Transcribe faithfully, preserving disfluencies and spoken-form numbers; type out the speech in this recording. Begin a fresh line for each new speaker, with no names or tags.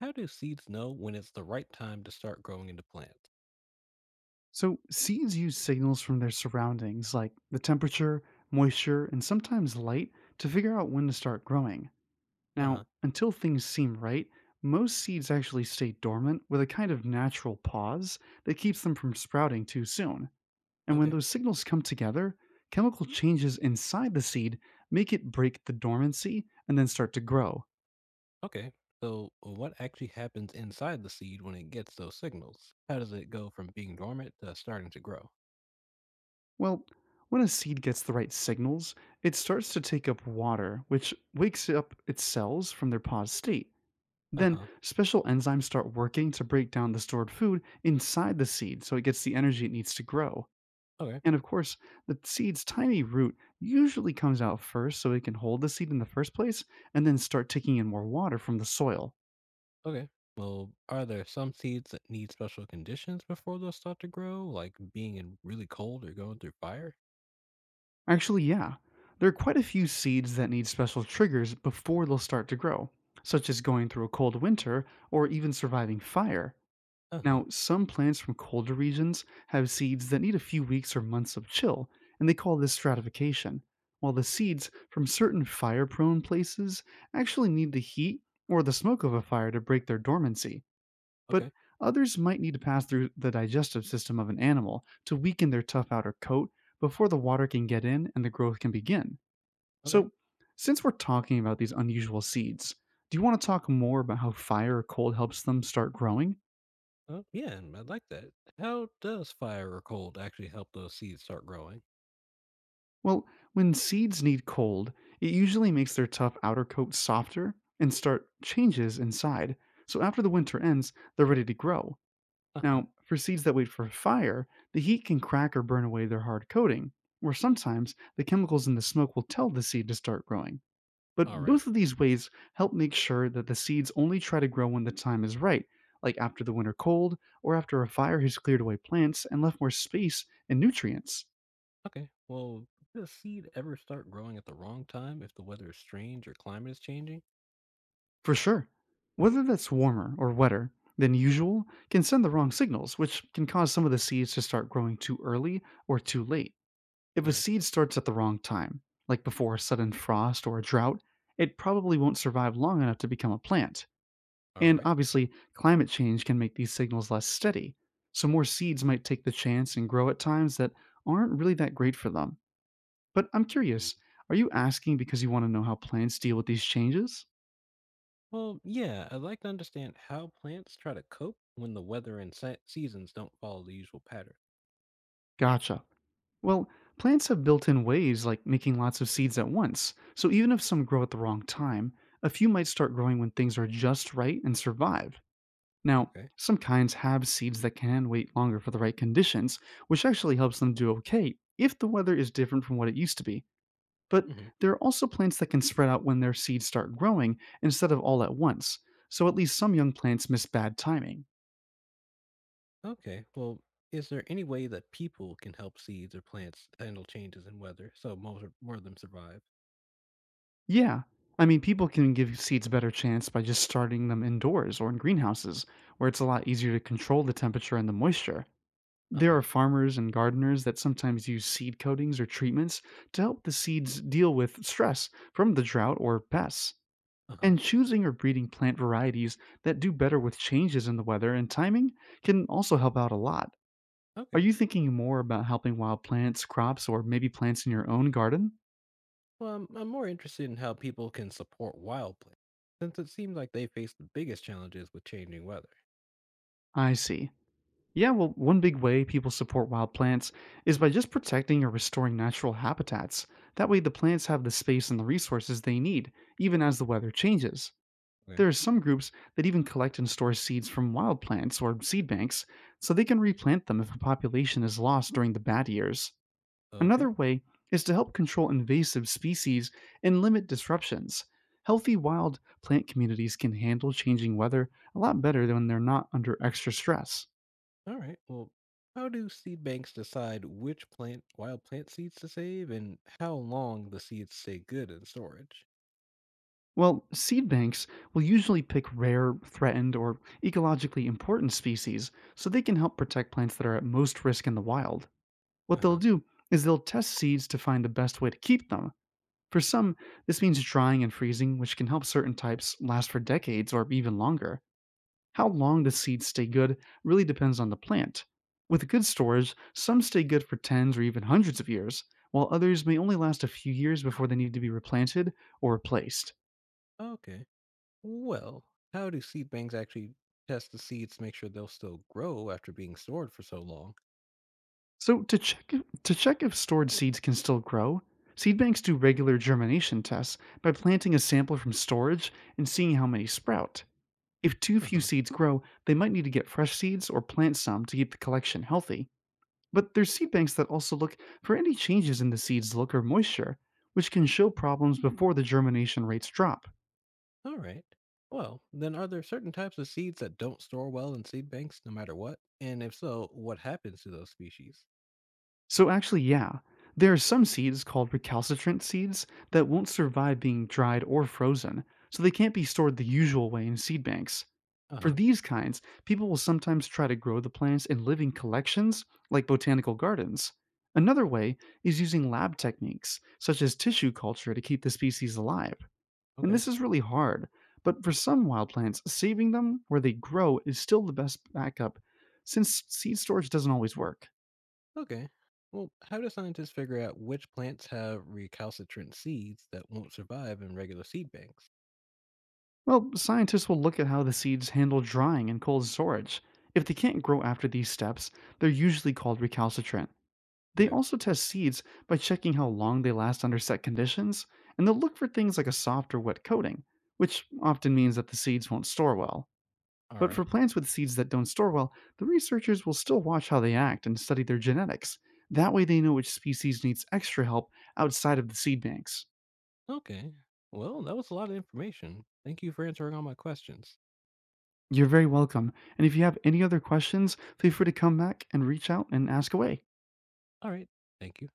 How do seeds know when it's the right time to start growing into plants?
So, seeds use signals from their surroundings, like the temperature, moisture, and sometimes light, to figure out when to start growing.
Uh huh.
Now, until things seem right, most seeds actually stay dormant with a kind of natural pause that keeps them from sprouting too soon. And when
Okay.
those signals come together, chemical changes inside the seed make it break the dormancy and then start to grow.
Okay. So, what actually happens inside the seed when it gets those signals? How does it go from being dormant to starting to grow?
Well, when a seed gets the right signals, it starts to take up water, which wakes up its cells from their paused state.
Uh
Then
huh.
special enzymes start working to break down the stored food inside the seed so it gets the energy it needs to grow.
Okay.
And of course, the seed's tiny root usually comes out first so it can hold the seed in the first place and then start taking in more water from the soil.
Okay. Well, are there some seeds that need special conditions before they'll start to grow, like being in really cold or going through fire?
Actually, yeah, there are quite a few seeds that need special triggers before they'll start to grow, such as going through a cold winter or even surviving fire.
Uh huh.
Now, some plants from colder regions have seeds that need a few weeks or months of chill, and they call this stratification, while the seeds from certain fire prone places actually need the heat or the smoke of a fire to break their dormancy. But
Okay.
others might need to pass through the digestive system of an animal to weaken their tough outer coat before the water can get in and the growth can begin.
Okay.
So, since we're talking about these unusual seeds, do you want to talk more about how fire or cold helps them start growing?
Oh, yeah, and I like that. How does fire or cold actually help those seeds start growing?
Well, when seeds need cold, it usually makes their tough outer coat softer and start changes inside. So after the winter ends, they're ready to grow.
Uh huh.
Now, for seeds that wait for fire, the heat can crack or burn away their hard coating, where sometimes the chemicals in the smoke will tell the seed to start growing.
All
But
right.
both of these ways help make sure that the seeds only try to grow when the time is right, like after the winter cold or after a fire has cleared away plants and left more space and nutrients.
Okay, well, did a seed ever start growing at the wrong time if the weather is strange or climate is changing?
For sure. Whether that's warmer or wetter than usual can send the wrong signals, which can cause some of the seeds to start growing too early or too late. If a
Okay,
seed starts at the wrong time, like before a sudden frost or a drought, it probably won't survive long enough to become a plant.
all
And
right.
obviously, climate change can make these signals less steady, so more seeds might take the chance and grow at times that aren't really that great for them. But I'm
Hmm.
curious, are you asking because you want to know how plants deal with these changes?
Well, yeah, I'd like to understand how plants try to cope when the weather and se- seasons don't follow the usual pattern.
Gotcha. Well, plants have built in ways like making lots of seeds at once, so even if some grow at the wrong time, a few might start growing when things are just right and survive. Now,
Okay.
some kinds have seeds that can wait longer for the right conditions, which actually helps them do okay if the weather is different from what it used to be. But
Hmm.
there are also plants that can spread out when their seeds start growing instead of all at once, so at least some young plants miss bad timing.
Okay, well, is there any way that people can help seeds or plants handle changes in weather so more, more of them survive?
Yeah. I mean, people can give seeds a better chance by just starting them indoors or in greenhouses, where it's a lot easier to control the temperature and the moisture.
Uh
There
huh.
are farmers and gardeners that sometimes use seed coatings or treatments to help the seeds deal with stress from the drought or pests.
Uh huh.
And choosing or breeding plant varieties that do better with changes in the weather and timing can also help out a lot. Are
Okay.
you thinking more about helping wild plants, crops, or maybe plants in your own garden?
Well, I'm, I'm more interested in how people can support wild plants since it seems like they face the biggest challenges with changing weather.
I see. Yeah, well, one big way people support wild plants is by just protecting or restoring natural habitats. That way, the plants have the space and the resources they need, even as the weather changes.
Okay.
There are some groups that even collect and store seeds from wild plants or seed banks so they can replant them if a population is lost during the bad years. Another
Okay.
way is to help control invasive species and limit disruptions. Healthy wild plant communities can handle changing weather a lot better than when they're not under extra stress.
All right. Well, how do seed banks decide which plant wild plant seeds to save and how long the seeds stay good in storage?
Well, seed banks will usually pick rare, threatened, or ecologically important species so they can help protect plants that are at most risk in the wild. What they'll
Uh-huh.
do is they'll test seeds to find the best way to keep them. For some, this means drying and freezing, which can help certain types last for decades or even longer. How long the seeds stay good really depends on the plant. With good storage, some stay good for tens or even hundreds of years, while others may only last a few years before they need to be replanted or replaced.
Okay. Well, how do seed banks actually test the seeds to make sure they'll still grow after being stored for so long?
So to check to check if stored seeds can still grow, seed banks do regular germination tests by planting a sample from storage and seeing how many sprout. If too few
Uh-huh.
seeds grow, they might need to get fresh seeds or plant some to keep the collection healthy. But there's seed banks that also look for any changes in the seed's look or moisture, which can show problems before the germination rates drop.
All right. Well, then are there certain types of seeds that don't store well in seed banks no matter what? And if so, what happens to those species?
So, actually, yeah, there are some seeds called recalcitrant seeds that won't survive being dried or frozen, so they can't be stored the usual way in seed banks. For
Uh-huh.
these kinds, people will sometimes try to grow the plants in living collections, like botanical gardens. Another way is using lab techniques, such as tissue culture, to keep the species alive. And
Okay.
this is really hard, but for some wild plants, saving them where they grow is still the best backup, since seed storage doesn't always work.
Okay. Well, how do scientists figure out which plants have recalcitrant seeds that won't survive in regular seed banks?
Well, scientists will look at how the seeds handle drying and cold storage. If they can't grow after these steps, they're usually called recalcitrant. They
Okay.
also test seeds by checking how long they last under set conditions, and they'll look for things like a soft or wet coating, which often means that the seeds won't store well.
All
But
right.
for plants with seeds that don't store well, the researchers will still watch how they act and study their genetics. That way, they know which species needs extra help outside of the seed banks.
Okay. Well, that was a lot of information. Thank you for answering all my questions.
You're very welcome. And if you have any other questions, feel free to come back and reach out and ask away.
All right. Thank you.